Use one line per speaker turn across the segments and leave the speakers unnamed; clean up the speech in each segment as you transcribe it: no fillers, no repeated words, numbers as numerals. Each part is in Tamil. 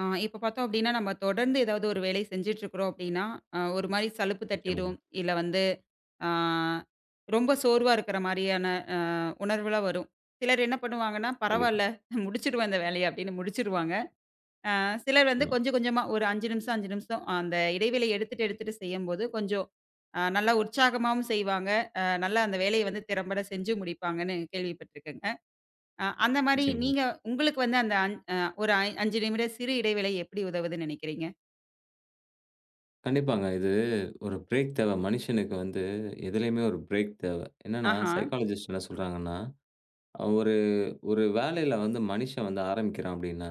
ஆ இப்ப பார்த்தோம் அப்டின்னா, நம்ம தொடர்ந்து ஏதாவது ஒரு வேலை செஞ்சுட்ருக்கிறோம் அப்டின்னா, ஒரு மாரி சலுப்பு
நிச்சயமாங்க.
தட்டிரும். இல்ல வந்து ஆ ரொம்ப சோர்வா இருக்கிற மாரியான அ உணர்வுலாம் வரும். சிலர் என்ன பண்ணுவாங்கன்னா,
கண்டிப்பா,
"பரவால்ல முடிச்சுருவேன் இந்த வேலைய" அப்டின்னு முடிச்சுருவாங்க. சிலர் வந்து
ஆமா.
கொஞ்சம் கொஞ்சமா ஒரு 5 நிமிஷம், 5 நிமிஷம் அந்த இடைவேளை எடுத்துட்டு எடுத்துட்டு செய்யும்போது கொஞ்சம் நல்லா உற்சாகமாவும் செய்வாங்க. நல்லா அந்த வேலைய வந்து திறம்பட செஞ்சு முடிப்பாங்கன்னு கேள்விப்பட்டுருக்கேங்க. அந்த மாரி
நிச்சயமா.
நீங்க உங்களுக்கு வந்து அந்த அஞ் அ ஒரு 5 நிமிட சிறு இடைவேளை எப்படி உதவுதுன்னு நினைக்கிறீங்க?
கண்டிப்பாங்க. இது ஒரு பிரேக் தேவை. மனுஷனுக்கு வந்து எதுலயுமே ஒரு பிரேக் தேவை. என்னன்னா,
ஆஹா!
சைக்காலஜிஸ்ட் என்ன சொல்றாங்கன்னா, ஒரு ஒரு வேலையில வந்து மனுஷன் வந்து ஆரம்பிக்கிறான் அப்படின்னா,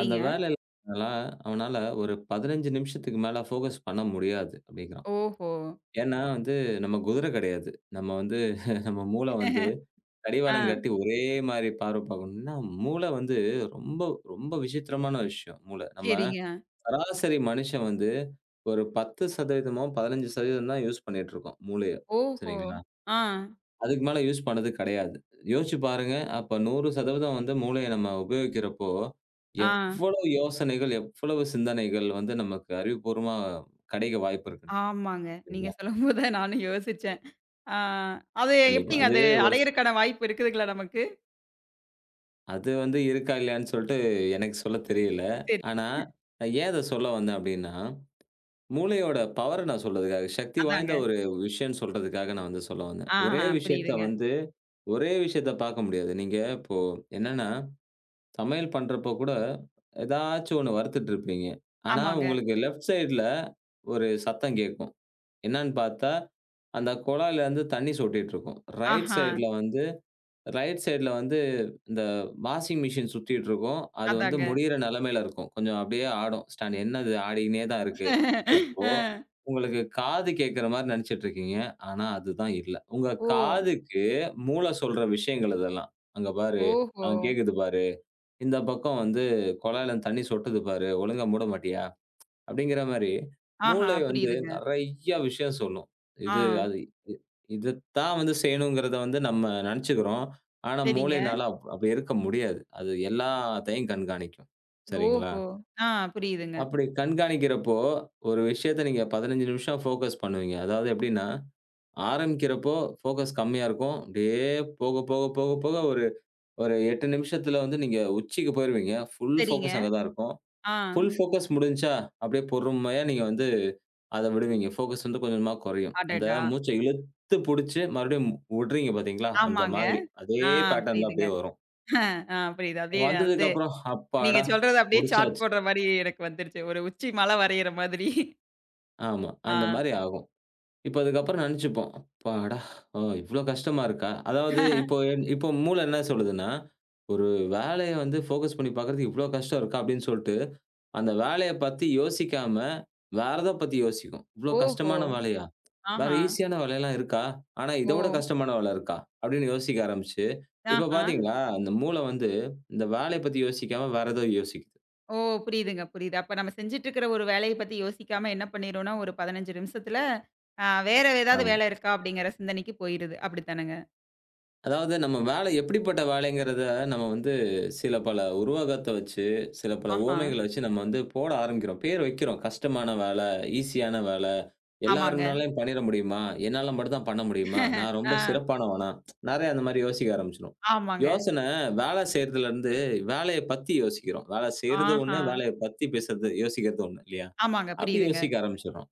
அந்த வேலையில அவனால அவனால ஒரு 15 நிமிஷத்துக்கு மேல ஃபோகஸ் பண்ண முடியாது அப்படிங்கிறான்.
ஓஹோ!
ஏன்னா வந்து நம்ம குதிரை கிடையாது. நம்ம வந்து நம்ம மூளை வந்து
ஆ.
கடிவாளம் கட்டி ஒரே மாரி பார்வை பார்க்கணும். ஏன்னா மூளை வந்து ரொம்ப ரொம்ப விசித்திரமான விஷயம் மூளை. நம்ம
சரிங்க.
சராசரி மனுஷன் வந்து ஒரு 10 சதவீதமோ, 15 சதவீதம் தான் யூஸ் பண்ணிட்டுருக்கோம் மூளைய.
ஓஹோ!
சரிங்களா?
ஆ,
அதுக்கு மேல யூஸ் பண்ணது கிடையாது. யோசிச்சு பாருங்க. அப்ப 100 சதவீதம் வந்து மூளைய நம்ம உபயோகிக்கிறப்போ,
ஆ,
எவ்வளவு யோசனைகள், எவ்வளவு சிந்தனைகள் வந்து நமக்கு அறிவுபூர்வமா கிடைக்க வாய்ப்பு இருக்குன்ட்டு.
ஆமாங்க. நீங்க
சரிங்களா?
சொல்லும்போது தான் நானும் யோசிச்சேன். ஆ. அது
கண்டிப்பா.
எப்படிங்க
அது
அது
ஒரு ஸ்
அடையறக்கான வாய்ப்பு இருக்குதுங்களா நமக்கு?
அது வந்து இருக்கா, இல்லையான்னு சொல்ட்டு எனக்கு சொல்ல தெரியல.
சரி.
ஆனா, நான் ஏன் அத சொல்ல வந்தேன் அப்டின்னா மூளையோட பவர நான் சொல்றதுக்காக, சக்தி வாய்ந்த
அதாங்க.
ஒரு விஷயம்ன்னு சொல்றதுக்காக நான் வந்து சொல்ல வந்தேன்.
ஆஹா, புரியுதுங்க.
ஒரே விஷயத்த பார்க்க முடியாது. நீங்க இப்போ என்னன்னா, சமையல் பண்றப்போ கூட ஏதாச்சும் ஒண்ணு வறுத்துட்டு இருப்பீங்க. ஆனா,
ஆமாங்க.
உங்களுக்கு லெஃப்ட் சைடுல ஒரு சத்தம் கேட்கும். என்னன்னு பார்த்தா, அந்த குழாயிலருந்து தண்ணி சொட்டிட்டு இருக்கும். ரைட்
ஆஹா!
சைடுல வந்து ரைட் சைடுல வந்து இந்த வாஷிங் மிஷின் சுத்திட்டு இருக்கும். அது வந்து
அதாங்க.
முடியிற நிலைமையில இருக்கும். கொஞ்சம் அப்படியே ஆடும். ஸ்டாண்ட். என்னது ஆடிக்கினே தான் இருக்கு. அப்போ
அ.
உங்களுக்கு காது கேட்கிற மாரி நெனச்சிட்டு இருக்கீங்க. ஆனா அதுதான் இல்ல. உங்க
ஓ!
காதுக்கு மூளை சொல்ற விஷயங்கள் இதெல்லாம். "அங்க பாரு,
ஓஹோ!
அ கேட்குது பாரு. இந்த பக்கம் வந்து குழாயிலருந்து தண்ணி சொட்டுது பாரு. ஒழுங்கா மூட மாட்டியா?" அப்படிங்கிற மாரி
ஆஹா,
மூளை வந்து
புரியுதுங்க.
நெறைய விஷயம் சொல்லும்.
ஆ.
இது அது இ இதத்தான் வந்து செய்யணுங்கிறத வந்து நம்ம நெனச்சுக்கிறோம். ஆனா
சரிங்க.
மூளைனால அப்படி இருக்க முடியாது. அது எல்லாத்தையும் கண்காணிக்கும். சரிங்களா?
ஓஹோ! ஆ. புரியுதுங்க.
அப்படி கண்காணிக்கிறப்போ, ஒரு விஷயத்த நீங்க 15 நிமிஷம் ஃபோகஸ் பண்ணுவீங்க. அதாவது எப்படின்னா, ஆரம்பிக்கிறப்போ ஃபோகஸ் கம்மியா இருக்கும். அப்படியே போக, போக, போக, போக ஒரு ஒரு 8 நிமிஷத்துல வந்து நீங்க உச்சிக்கு போயிருவீங்க. ஃபுல்
சரிங்க.
ஃபோகஸ் அங்க தான் இருக்கும்.
ஆ.
ஃபுல் ஃபோகஸ் முடிஞ்சுச்சா, அப்படியே பொறுமையா நீங்க வந்து அத விடுவீங்க. ஃபோகஸ் வந்து கொஞ்சமா குறையும். அந்த
அடடா!
மூச்ச இழுத்து புடிச்சு மறுபடியும் விடுறீங்க பார்த்தீங்களா, அந்த
ஆமாங்க.
மாதிரி. அதே
ஆ.
பேட்டர்ன்ல
புரியுதுங்க.
அப்படியே வரும்.
ஆ. புரியுது. அப்படியே நான் வந்து
வந்ததுக்கப்புறம்,
நீங்க
அப்பாடா
சொல்றது அப்படியே சார்ட்
முடிச்சாச்சு.
போடுற மாரி எனக்கு வந்துருச்சு. ஒரு உச்சி மலை வரையிற மாதிரி.
ஆமா,
ஆ.
அந்த மாரி ஆகும். இப்ப அதுக்கப்புறம் நெனச்சுப்போம். அப்பாடா! ஓ இவ்ளோ கஷ்டமா இருக்கா? அதாவது இப்போ இப்போ மூளை என்ன சொல்லுதுன்னா, ஒரு வேலைய வந்து ஃபோக்கஸ் பண்ணி பார்க்கறதுக்கு இவ்ளோ கஷ்டம் இருக்கா? அப்படின்னு சொல்ட்டு, அந்த வேலைய பத்தி யோசிக்காம, வேற எத பத்தி யோசிக்கும். இவ்ளோ
ஓஹோ!
கஷ்டமான வேலையா? வேற
ஆஹா!
ஈஸியான வேலையெல்லாம் இருக்கா? ஆனா
ஓ!
இத விட கஷ்டமான வேலை இருக்கா? அப்படின்னு யோசிக்க ஆரம்பிச்சு, இப்ப
ஆஹா!
பார்த்தீங்களா, அந்த மூளை வந்து இந்த வேலைய பத்தி யோசிக்காம வேற ஏதோ யோசிக்குது.
ஓ! புரியுதுங்க, புரியுது. அப்ப நம்ம செஞ்சுட்டு இருக்கிற ஒரு வேலைய பத்தி யோசிக்காம என்ன பண்ணிறோம்னா, ஒரு 15 நிமிஷத்துல வேற ஏதாவது வேலை இருக்கா அப்படிங்கிற சிந்தனைக்கு போயிருது. அப்படித்தானங்க?
அதாவது நம்ம வேலை எப்படிப்பட்ட வேலைங்கிறத நம்ம வந்து சில பல உருவகத்த வச்சு, சில பல
ஆஹா!
உவமைகள வச்சு நம்ம வந்து போட ஆரம்பிக்கிறோம். பேர் வைக்கிறோம். கஷ்டமான வேலை, ஈஸியான வேலை,
ஆமாங்க.
எல்லாருனாலயும் பண்ணிற முடியுமா? என்னால மட்டும் தான் பண்ண முடியுமா? நான் ரொம்ப
ஆ.
சிறப்பானவனா? நெறைய அந்த மாரி யோசிக்க ஆரம்பிச்சுருவோம்.
ஆமாங்க.
யோசனை வேலை செய்றதுலருந்து வேலைய பத்தி யோசிக்கிறோம். வேலை செய்றது
ஆஹா!
ஒண்ணு, வேலைய பத்தி பேசுறது யோசிக்கிறது ஒண்ணு இல்லையா?
ஆமாங்க.
அப்படி
புரியுதுங்க.
யோசிக்க ஆரம்பிச்சுடுறோம்.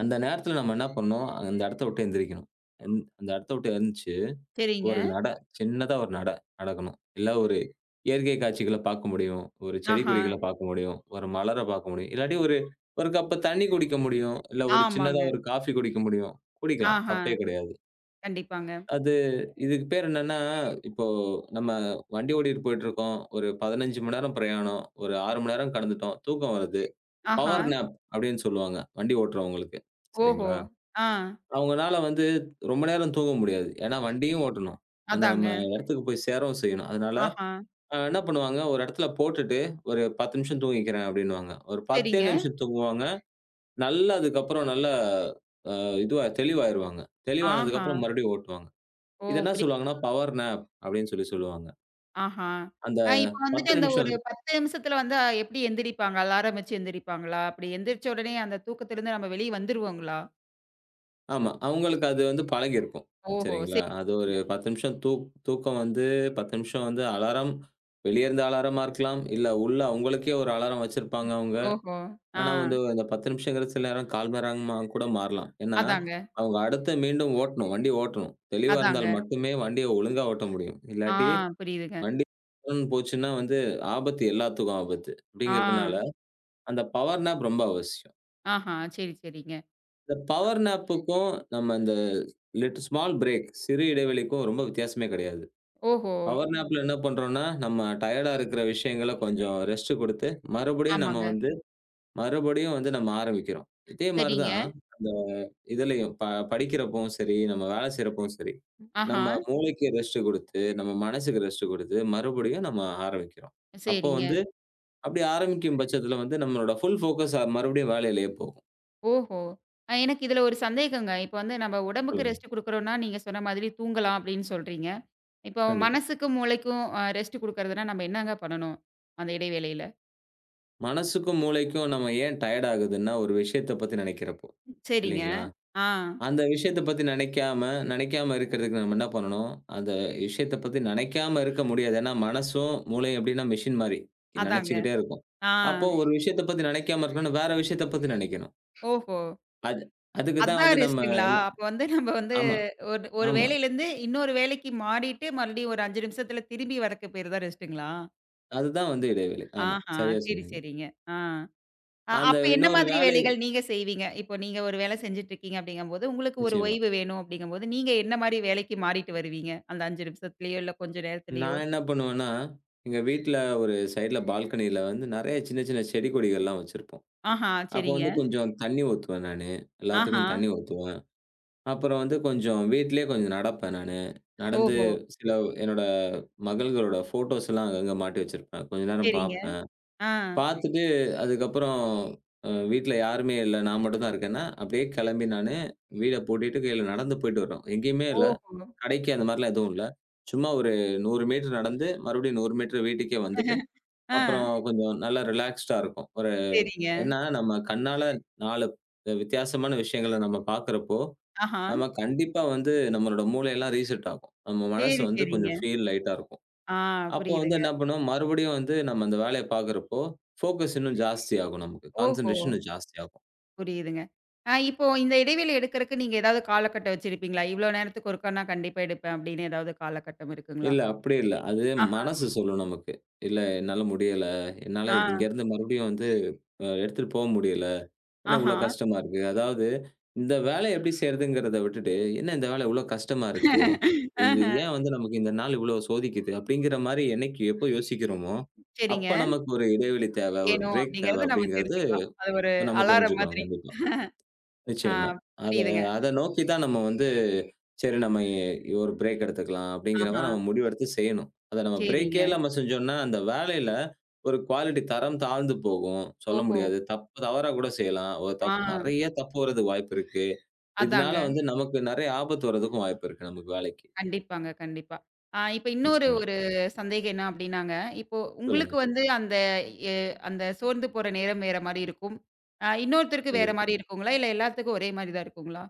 அந்த நேரத்துல நம்ம என்ன பண்ணணும்? அந்த இடத்த விட்டு எந்திரிக்கணும். அந்த இடத்த விட்டு எந்திரிச்சு
சரிங்க.
ஒரு நட. சின்னதா ஒரு நட நடக்கணும். இல்ல ஒரு இயற்கை காட்சிகள பார்க்க முடியும். ஒரு செடி
ஆஹா.
கொடிகள ம். பார்க்க முடியும். ஒரு மலர பார்க்க முடியும். இல்லாட்டி ஒரு ஒரு கப் தண்ணி குடிக்க முடியும். இல்ல ஒரு சின்னதா
ஆமாங்க.
ஒரு காஃபி குடிக்க முடியும். குடிக்கலாம்.
ஆஹா.
தப்பே கிடையாது.
கண்டிப்பாங்க.
அது இதுக்கு பேர் என்னன்னா, இப்போ நம்ம வண்டி ஓட்டிட்டு போயிட்டுருக்கோம். ஒரு 15 மணி நேரம் பிரயாணம். ஒரு 6 மணி நேரம் கடந்துட்டோம். தூக்கம் வருது.
ஆஹா.
பவர் நேப் அப்படின்னு சொல்லுவாங்க. வண்டி ஓட்டுறவங்களுக்கு.
ஓஹோ!
சரிங்களா?
ஆ.
அவங்கனால வந்து ரொம்ப நேரம் தூங்க முடியாது. ஏன்னா வண்டியும் ஓட்டணும். அந்த
அதாங்க.
நம்ம இடத்துக்கு போய் சேரவும் செய்யணும். அதனால
ஆஹா.
என்ன பண்ணுவாங்க, ஒரு இடத்துல போட்டுட்டு ஒரு 10 நிமிஷம் தூங்கிக்கிறேன் அப்டின்னுவாங்க. ஒரு 10
சரிங்க.
நிமிஷம் தூங்குவாங்க. நல்லா அதுக்கப்புறம் நல்லா அ இதுவா தெளிவாயிருவாங்க.
ஆஹா.
தெளிவானதுக்கப்புறம் மறுபடியும் ஓட்டுவாங்க.
ஓ!
இத என்ன
புரி.
சொல்லுவாங்கன்னா, பவர் நேப் அப்டின்னு சொல்லி சொல்லுவாங்க.
ஆஹா.
அந்த
இப்ப வந்துட்டு
10
அந்த ஒரு
நிமிஷம்
10 நிமிஷத்துல வந்து எப்படி எந்திரிப்பாங்க? அலாரம் வச்சு எந்திரிப்பாங்களா? அப்படி எந்திரிச்ச உடனே அந்த தூக்கத்திலிருந்து நம்ம வெளிய வந்துருவோங்களா?
ஆமா. அவுங்களுக்கு அது வந்து பழகியிருக்கும்.
ஓஹோ! சரி.
சரிங்களா? அது ஒரு
சரிங்க.
10 நிமிஷம் தூக்கம் வந்து 10 நிமிஷம் வந்து அலாரம் வெளிய இருந்து அலாரமா இருக்கலாம். இல்ல உள்ள அவுங்களுக்கே ஒரு அலாரம் வச்சிருப்பாங்க
ம்.
அவுங்க.
ஓஹோ! ஆ.
ஆனா வந்து அந்த 10 நிமிஷங்கிறது சில நேரம் 1/4 மணி நேரமா கூட மாறலாம். ஏன்னா,
அதாங்க,
அவுங்க அடுத்து மீண்டும் ஓட்டணும். வண்டி ஓட்டணும். தெளிவா இருந்தால்
அதாங்க.
மட்டுமே வண்டிய ஒழுங்கா ஓட்ட முடியும்.
ஆ.
இல்லாட்டி
புரியுதுங்க.
வண்டி ஓட்டணும்னு போச்சுன்னா வந்து ஆபத்து எல்லாத்துக்கும் ஆபத்து.
ஆ.
அப்டிங்கிறதுனால அந்த பவர் நேப் ரொம்ப அவசியம்.
ஆஹா. சரி, சரிங்க.
இந்த பவர் நேப்புக்கும், நம்ம இந்த லிட் ஸ்மால் பிரேக் சிறு இடைவெளிக்கும் ரொம்ப வித்தியாசமே கிடையாது.
ஓஹோ!
பவர் நேப்ல என்ன பண்றோம்னா, நம்ம டயர்டா இருக்கிற விஷயங்கள கொஞ்சம் ரெஸ்ட் குடுத்து, மறுபடியும் நம்ம
ஆமாங்க.
வந்து மறுபடியும் வந்து நம்ம ஆரம்பிக்கிறோம். இதே மாரி
சரிங்க.
தான் அந்த இதுலயும் ப படிக்கிறப்பவும் சரி, நம்ம வேலை செய்றப்பவும் சரி,
ஆஹா.
நம்ம மூளைக்கு ரெஸ்ட் குடுத்து, நம்ம மனசுக்கு ரெஸ்ட் குடுத்து, மறுபடியும் நம்ம ஆரம்பிக்கிறோம். அப்போ
சரிங்க.
வந்து, அப்படி ஆரம்பிக்கும் பட்சத்துல வந்து நம்மளோட ஃபுல் ஃபோக்கஸ் மறுபடியும் வேலையிலேயே போகும்.
ஓஹோ! எனக்கு இதுல ஒரு சந்தேகங்க. இப்ப வந்து நம்ம உடம்புக்கு
சொல்லுங்க.
ரெஸ்ட் குடுக்குறோம்னா, நீங்க சொன்ன மாதிரி தூங்கலாம் அப்படின்னு சொல்றீங்க. இப்போ
கண்டிப்பா.
மனசுக்கும், மூளைக்கும் ரெஸ்ட் குடுக்கறதுன்னா நம்ம என்னங்க பண்ணணும்? அந்த இடைவேளையில?
மனசுக்கும், மூளைக்கும் நம்ம ஏன் டயர்ட் ஆகுதுன்னா, ஒரு விஷயத்த பத்தி நெனைக்கிறப்போ.
சரிங்க.
இல்லைங்களா? ம்.
ஆ,
அந்த விஷயத்த பத்தி நெனைக்காம நெனைக்காம இருக்கிறதுக்கு நம்ம என்ன பண்ணணும், அந்த விஷயத்த பத்தி நெனைக்காம இருக்க முடியாது. ஏன்னா, மனசும், மூளையும் எப்படின்னா மெஷின் மாரி
அதாங்க.
நெனைச்சுக்கிட்டே இருக்கும்.
ஆ,
அப்போ ஒரு விஷயத்த பத்தி நெனைக்காம இருக்கணும்னா, வேற விஷயத்த பத்தி நெனைக்கணும்.
ஓஹோ!
அது அதுக்கு தான்
அதான்
வந்து நம்ம கண்டிப்பா.
ரெஸ்ட்டுங்களா?
என்ன
அப்ப வந்து நம்ம வந்து
ஆமா,
ஒரு ஒரு
ஆமா.
வேலையிலருந்து இன்னொரு வேலைக்கு மாறிட்டு, மறுபடியும் ஒரு 5 நிமிஷத்துல திரும்பி வரக்கு பேரு தான் ரெஸ்ட்டுங்களா?
அதுதான் வந்து இடைவெளி. ஆமா,
ஆஹா!
சரியா
சரி,
சொன்னீங்க.
சரிங்க. ஆ. அ
அந்த
அப்ப என்ன
இன்னொரு
மாதிரி
வேலை
வேலைகள் நீங்க செய்வீங்க? இப்போ நீங்க ஒரு வேலை செஞ்சுட்டுருக்கீங்க அப்படிங்கம்போது, உங்களுக்கு ஒரு
நிச்சயமா.
ஓய்வு வேணும் அப்படிங்கம்போது, நீங்க என்ன மாரி வேலைக்கு மாறிட்டு வருவீங்க? அந்த 5 நிமிஷத்துலயோ, இல்ல கொஞ்ச நேரத்துலயோ?
நான் என்ன பண்ணுவேன்னா, எங்க வீட்ல ஒரு சைட்ல பால்கனியில வந்து நெறைய சின்ன, சின்ன செடி கொடிகள்லாம் வச்சிருப்போம்.
ஆஹா,
அப்போ
சரிங்க.
வந்து கொஞ்சம் தண்ணி ஊத்துவேன் நானு.
ஆஹா.
எல்லாத்துக்கும் தண்ணி ஊத்துவேன். அப்புறம் வந்து கொஞ்சம் வீட்லயே கொஞ்சம் நடப்பேன் நானு. நடந்து
ஓஹோ!
சில என்னோட மகள்களோட ஃபோட்டோஸ்லாம் அங்கங்க மாட்டி வச்சிருப்பேன். கொஞ்ச நேரம்
சரிங்க.
பார்ப்பேன்.
ஆ.
பார்த்துட்டு அதுக்கப்புறம் வீட்ல யாருமே இல்ல. நான் மட்டும் தான் இருக்கேன்னா, அப்படியே கெளம்பி நானு வீட பூட்டிட்டு கையில நடந்து போயிட்டு வருவேன். எங்கேயுமே இல்ல.
ஓஹோ!
கடைக்கு அந்த மாரிலாம் எதுவும் இல்ல. சும்மா ஒரு 100 மீட்டர் நடந்து, மறுபடியும் 100 மீட்டர் வீட்டுக்கே வந்துட்டு,
ஆ.
அப்புறம் கொஞ்சம் நல்லா ரிலாக்ஸ்டா இருக்கும்.
சரிங்க.
ஏன்னா நம்ம கண்ணால 4 வித்தியாசமான விஷயங்கள நம்ம பார்க்கிறப்போ,
ஆஹா.
நம்ம கண்டிப்பா வந்து நம்மளோட மூளைலாம் ரீசெட் ஆகும். நம்ம மனசு
சரி,
வந்து
சரிங்க.
கொஞ்சம் ஃபீல் லைட்டா இருக்கும்.
ஆ.
அப்போ வந்து
புரியுதுங்க.
என்ன பண்ணுவோம், மறுபடியும் வந்து நம்ம அந்த வேலைய பார்க்கிறப்போ, ஃபோக்கஸ் இன்னும் ஜாஸ்தியாகும் நமக்கு.
ஓஹோ!
கான்சன்ட்ரேஷன் இன்னும் ஜாஸ்தியாகும்.
புரியுதுங்க. இப்போ இந்த இடைவெளி எடுக்கறக்கு நீங்க ஏதாவது காலக்கட்டம் வச்சிருப்பீங்களா? இவ்ளோ நேரத்துக்கு ஒருக்கா நான் கண்டிப்பா எடுப்பேன் அப்படின்னு ஏதாவது காலகட்டம் இருக்குங்களா?
இல்ல அப்படி இல்ல. அது
ஆஹா.
மனசு சொல்லும் நமக்கு. "இல்ல என்னால முடியல. என்னால
ஆ.
இங்கேருந்து மறுபடியும் வந்து அ எடுத்துட்டு போ முடியல. என்ன
ஆஹா.
இவ்ளோ கஷ்டமா இருக்கு?" அதாவது இந்த வேலைய எப்படி செய்றதுங்கிறத விட்டுட்டு, "என்ன இந்த வேலை இவ்ளோ கஷ்டமா இருக்கு? இது ஏன் வந்து நமக்கு இந்த நாள் இவ்ளோ சோதிக்குது?" அப்படிங்கிற மாரி என்னைக்கு எப்போ யோசிக்கிறோமோ, அப்ப
சரிங்க.
நமக்கு ஒரு இடைவெளி தேவை, ஒரு
வேணும்
பிரேக் தேவை
அப்படிங்கிறத நம்ம
அப்படிங்கிறது
தெரிஞ்சுக்கலாம். அது ஒரு
நம்ம
அலாரம்
தெரிஞ்சுக்கணும்
மாதிரி.
கண்டிப்பா.
ஆ.
நிச்சயமா. அத
புரியுதுங்க.
அத நோக்கி தான் நம்ம வந்து சரி நம்ம எ ஒரு பிரேக் எடுத்துக்கலாம் அப்படிங்கிற
ஆஹா.
மாரி நம்ம முடிவெடுத்து செய்யணும். அத நம்ம பிரேக்கே
சரிங்க.
இல்லாம செஞ்சோம்னா, அந்த வேலையில ஒரு குவாலிட்டி தரம் தாழ்ந்து போகும். சொல்ல
ஓஹோ!
முடியாது. தப்பு தவறா கூட செய்யலாம். ஒரு
ஆ.
தப் நெறைய தப்பு வரதுக்கு வாய்ப்பு இருக்கு. இதனால
அதாங்க.
வந்து நமக்கு நெறைய ஆபத்து வரதுக்கும் வாய்ப்பு இருக்கு நமக்கு வேலைக்கு.
கண்டிப்பாங்க, கண்டிப்பா. ஆ இப்ப இன்னொரு
நிச்சயமா.
ஒரு சந்தேகம் என்ன அப்படின்னாங்க, இப்போ உங்களுக்கு
சொல்லுங்க.
வந்து அந்த எ அந்த சோர்ந்து போற நேரம் வேற மாரி இருக்கும். இன்னொருத்தருக்கு வேற
கண்டிப்பா.
மாரி இருக்குங்களா? இல்ல எல்லாத்துக்கும் ஒரே மாரி தான் இருக்குங்களா?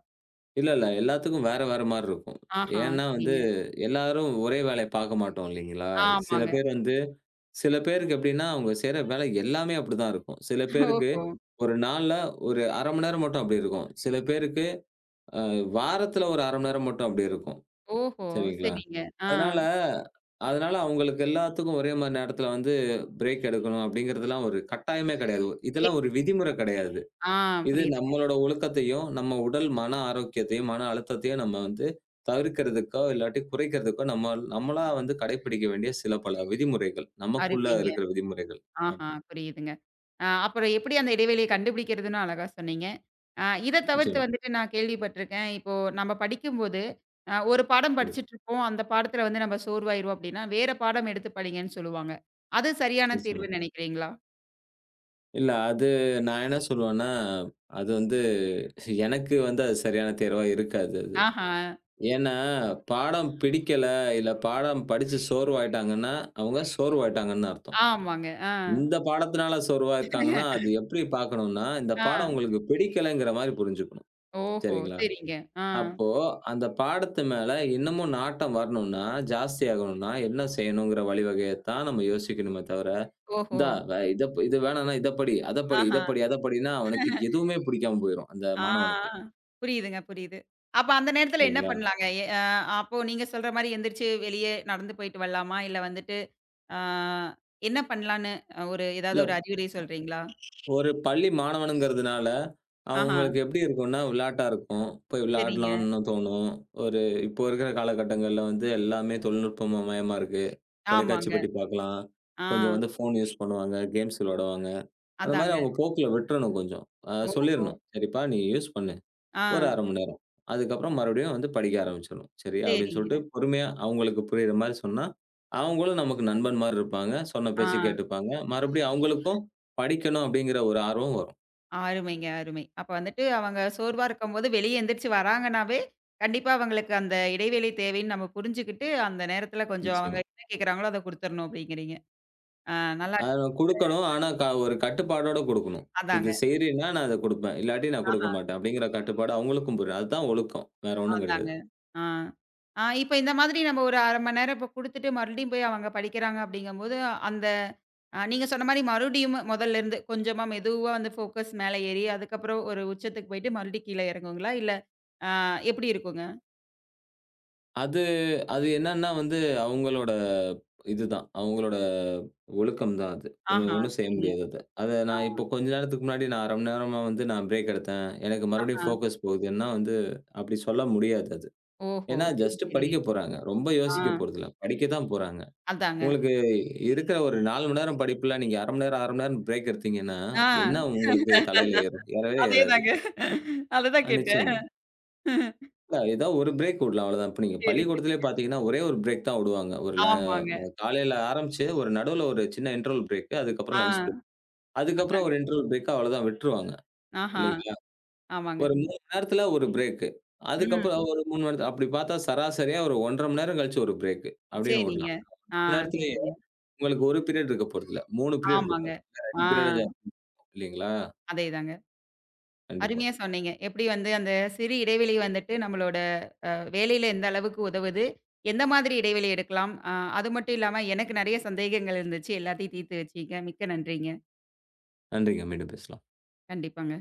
இல்ல, இல்ல. எல்லாத்துக்கும் வேற, வேற மாரி இருக்கும்.
ஆஹா.
ஏன்னா வந்து
சரிங்க.
எல்லாரும் ஒரே வேலைய பார்க்க மாட்டோம் இல்லைங்களா? சில
ஆமாங்க.
பேர் வந்து சில பேருக்கு எப்படின்னா, அவங்க செய்ற வேலை எல்லாமே அப்படிதான் இருக்கும். சில பேருக்கு
ஓஹோ!
ஒரு நாள்ல ஒரு 1/2 மணி நேரம் மட்டும் அப்படி இருக்கும். சில பேருக்கு அ வாரத்துல ஒரு 1/2 மணி நேரம் மட்டும் அப்படி இருக்கும்.
ஓஹோ!
சரிங்களா?
சரிங்க. ஆ.
அதனால அதனால அவங்களுக்கு எல்லாத்துக்கும் ஒரே மாரி நேரத்துல வந்து பிரேக் எடுக்கணும் அப்படிங்கிறதெல்லாம் ஒரு கட்டாயமே கிடையாது.
சரி.
இதெல்லாம் ஒரு விதிமுறை கிடையாது.
ஆ.
இது
புரியுதுங்க.
நம்மளோட ஒழுக்கத்தையும், நம்ம உடல் மன ஆரோக்கியத்தையும், மன அழுத்தத்தையும் நம்ம வந்து தவிர்க்கிறதுக்கோ, இல்லாட்டி குறைக்கிறதுக்கோ நம்ம நம்மளா வந்து கடைப்பிடிக்க வேண்டிய சில பல விதிமுறைகள். நமக்குள்ள
அருமைங்க.
இருக்கிற விதிமுறைகள். ஆமா.
ஆஹா, புரியுதுங்க. அப்புறம் எப்படி அந்த இடைவெளிய கண்டுபிடிக்கிறதுன்னு அழகா சொன்னீங்க. இத தவிர்த்து
நிச்சயமா.
வந்துட்டு நான் கேள்விப்பட்டுருக்கேன். இப்போ நம்ம படிக்கும்போது, ஒரு பாடம்
கண்டிப்பா.
படிச்சுட்டுருப்போம். அந்த பாடத்துல வந்து நம்ம சோர்வாயிருவோம் அப்படின்னா, வேற பாடம் எடுத்து படிங்கன்னு சொல்லுவாங்க. அது சரியான
நிச்சயமா.
தீர்வுன்னு நினைக்கிறீங்களா?
இல்ல அது நான் என்ன சொல்லுவேன்னா, அது வந்து எனக்கு வந்து அது சரியான தேர்வா இருக்காது அது.
ஆஹா.
ஏன்னா, பாடம் பிடிக்கல, இல்ல பாடம் படிச்சு சோர்வாயிட்டாங்கன்னா, அவங்க சோர்வாயிட்டாங்கன்னு அர்த்தம்.
ஆமாங்க. ஆ.
இந்த பாடத்தினால சோர்வா இருக்காங்கன்னா, அது எப்படி பார்க்கணும்னா, இந்த
ஆ.
பாடம் உங்களுக்கு பிடிக்கலங்கிற மாரி புரிஞ்சுக்கணும்.
ஓஹோ!
சரிங்களா?
சரிங்க. ஆ.
அப்போ அந்த பாடத்து மேல இன்னமும் நாட்டம் வரணும்னா, ஜாஸ்தியாகணும்னா என்ன செய்யணுங்கிற வழிவகைய தான் நம்ம யோசிக்கணுமே தவிர,
ஓஹோ!
"இந்தா வே இத ப- இது வேணாம்னா இத படி, அத படி,
ஆஹா.
இத படி, அத படின்னா" அவனுக்கு எதுவுமே பிடிக்காம போயிரும், அந்த
ஆ.
மாணவனுக்கு.
புரியுதுங்க, புரியுது. அப்ப அந்த நேரத்துல என்ன
இல்லைங்களா?
பண்ணலாங்க? எ அ அப்போ நீங்க சொல்ற மாரி எந்திரிச்சு வெளிய நடந்து போயிட்டு வரலாமா? இல்ல வந்துட்டு ஆ என்ன பண்ணலான்னு ஒரு ஏதாவது
இல்ல
ஒரு அறிவுரை சொல்றீங்களா?
ஒரு பள்ளி மாணவனுங்கிறதுனால,
ஆஹா,
அவங்களுக்கு எப்படி இருக்கும்னா, விளையாட்டா இருக்கும். போய்
சரிங்க.
விளையாடலாம்னு தோணும். ஒரு இப்போ இருக்கிற காலகட்டங்கள்ல வந்து எல்லாமே தொழில்நுட்பமயமா இருக்கு. தொலைக்காட்சி
ஆமாங்க.
பெட்டி பார்க்கலாம்.
ஆ.
கொஞ்சம் வந்து ஃபோன் யூஸ் பண்ணுவாங்க. கேம்ஸ் விளையாடுவாங்க. அந்த மாரி
அதாங்க.
அவங்க போக்குல விட்டுறணும் கொஞ்சம்.
ஓஹோ!
சொல்லிறணும். "சரிப்பா, நீ யூஸ் பண்ணு.
ஆ.
ஒரு 1/2 மணி நேரம். அதுக்கப்புறம் மறுபடியும் வந்து படிக்க ஆரம்பிச்சிடணும். சரி அப்படின்னு சொல்லிட்டு
சரிங்க.
பொறுமையா அவங்களுக்கு புரியிற மாரி சொன்னா, அவங்களும் நமக்கு நண்பன் மாரி இருப்பாங்க. சொன்ன
ஆ.
பேச்ச கேட்டுப்பாங்க. மறுபடியும் அவங்களுக்கும் படிக்கணும் அப்படிங்கிற ஒரு ஆர்வம் வரும்.
அருமைங்க, அருமை. அப்ப வந்துட்டு அவங்க சோர்வா இருக்கும்போது வெளிய எந்திரிச்சு வராங்கனாவே, கண்டிப்பா அவங்களுக்கு அந்த இடைவேளை தேவைன்னு நம்ம புரிஞ்சுகிட்டு, அந்த நேரத்துல கொஞ்சம் அவங்க
நிச்சயமா.
என்ன கேட்குறாங்களோ அத குடுத்துறணும் அப்படிங்கிறீங்க. ஆ. நல்லா
அத
இருக்கு.
நான் குடுக்கணும். ஆனா ஒரு கட்டுப்பாடோட குடுக்கணும்.
அதாங்க.
"இது செய்றீன்னா நான் அத குடுப்பேன். இல்லாட்டி நான்
ஆஹா.
குடுக்க மாட்டேன்." அப்படிங்கிற கட்டுப்பாடு அவங்களுக்கும் புரியும். அதுதான் ஒழுக்கம். வேற ஒண்ணும்
அதாங்க.
கிடையாது.
ஆ. ஆ இப்ப இந்த மாதிரி நம்ம ஒரு 1/2 மணி நேரம் இப்ப குடுத்துட்டு மறுபடியும் போய் அவங்க படிக்கிறாங்க அப்படிங்கும்போது, அந்த நீங்க சொன்ன மாரி மறுபடியும் மொதல்ல இருந்து கொஞ்சமா மெதுவா வந்து ஃபோக்கஸ் மேல ஏறி, அதுக்கப்புறம் ஒரு உச்சத்துக்கு போயிட்டு மறுபடியும் கீழ இறங்குங்களா? இல்ல அ எப்படி இருக்குங்க?
அது அது என்னன்னா வந்து, அவங்களோட இதுதான். அவங்களோட ஒழுக்கம் தான் அது.
ஆஹா,
ஒண்ணும் செய்ய
சரிங்க.
முடியாது அத. அத
ஆ,
நான் இப்போ கொஞ்ச நேரத்துக்கு முன்னாடி நான் 1/2 மணி நேரமா வந்து நான் பிரேக் எடுத்தேன். எனக்கு மறுபடியும்
ஆஹா.
ஃபோக்கஸ் போகுதுன்னா வந்து, அப்படி சொல்ல முடியாது அது.
ஓஹோ!
ஏன்னா
சரி,
ஜஸ்ட்
சரிங்க.
படிக்க போறாங்க. ரொம்ப
ஆ,
யோசிக்க போறதில்ல. படிக்க தான் போறாங்க.
அதாங்க.
உங்களுக்கு இருக்கிற ஒரு 4 மணி நேரம் படிப்புல நீங்க 1/2 மணி நேரம், 1/2 மணி நேரம் பிரேக் எடுத்தீங்கன்னா,
ஆ,
என்ன உங்களுக்கு தலையில ஏறும்? ஏறவே ஏறாது.
அதேதாங்க. அததான் கேட்டேன்.
நிச்சயமா. இல்ல ஏதாவது ஒரு பிரேக் விடலாம் அவ்வளவுதான். இப்ப நீங்க
சரி,
பள்ளிக்கூடத்திலே
சரி.
பார்த்தீங்கன்னா, ஒரே ஒரு பிரேக் தான் விடுவாங்க.
ஆமாங்க.
காலையில ஆரம்பிச்சு ஒரு நடுவுல ஒரு சின்ன இன்டர்வல் பிரேக். அதுக்கப்புறம் லஞ்ச் பிரேக்.
ஆ,
அதுக்கப்புறம்
அதாங்க.
ஒரு இன்டர்வல் பிரேக் அவ்வளவுதான் விட்டுருவாங்க.
ஆஹா,
இல்லைங்களா?
ஆமாங்க.
ஒரு 3 மணி நேரத்துல ஒரு பிரேக்.
ம்.
அதுக்கப்புறம் ஒரு 3 மணி நேரத்துல அப்படி பார்த்தா சராசரியா ஒரு 1 1/2 மணி நேரம் கழிச்சு ஒரு பிரேக் அப்படின்னு
சரிங்க.
விடலாம். 1
ஆ,
மணி நேரத்திலேயே
சரிங்க.
உங்களுக்கு 1 பீரியட் இருக்க போறதில்ல. 3 பீரியட்
ஆமாங்க.
இருக்கும். இல்ல
ஆ.
2 பீரியடா இல்லைங்களா?
அதேதாங்க.
கண்டிப்பா.
அருமையா சொன்னீங்க. எப்படி வந்து அந்த சிறு இடைவெளி வந்துட்டு நம்மளோட வேலையில எந்த அளவுக்கு உதவுது? எந்த மாதிரி இடைவெளி எடுக்கலாம்? அது மட்டும் இல்லாம எனக்கு நெறைய சந்தேகங்கள் இருந்துச்சு. எல்லாத்தையும் தீர்த்து வச்சீங்க. மிக்க நன்றிங்க.
நன்றிங்க. மீண்டும் பேசலாம்.
கண்டிப்பாங்க.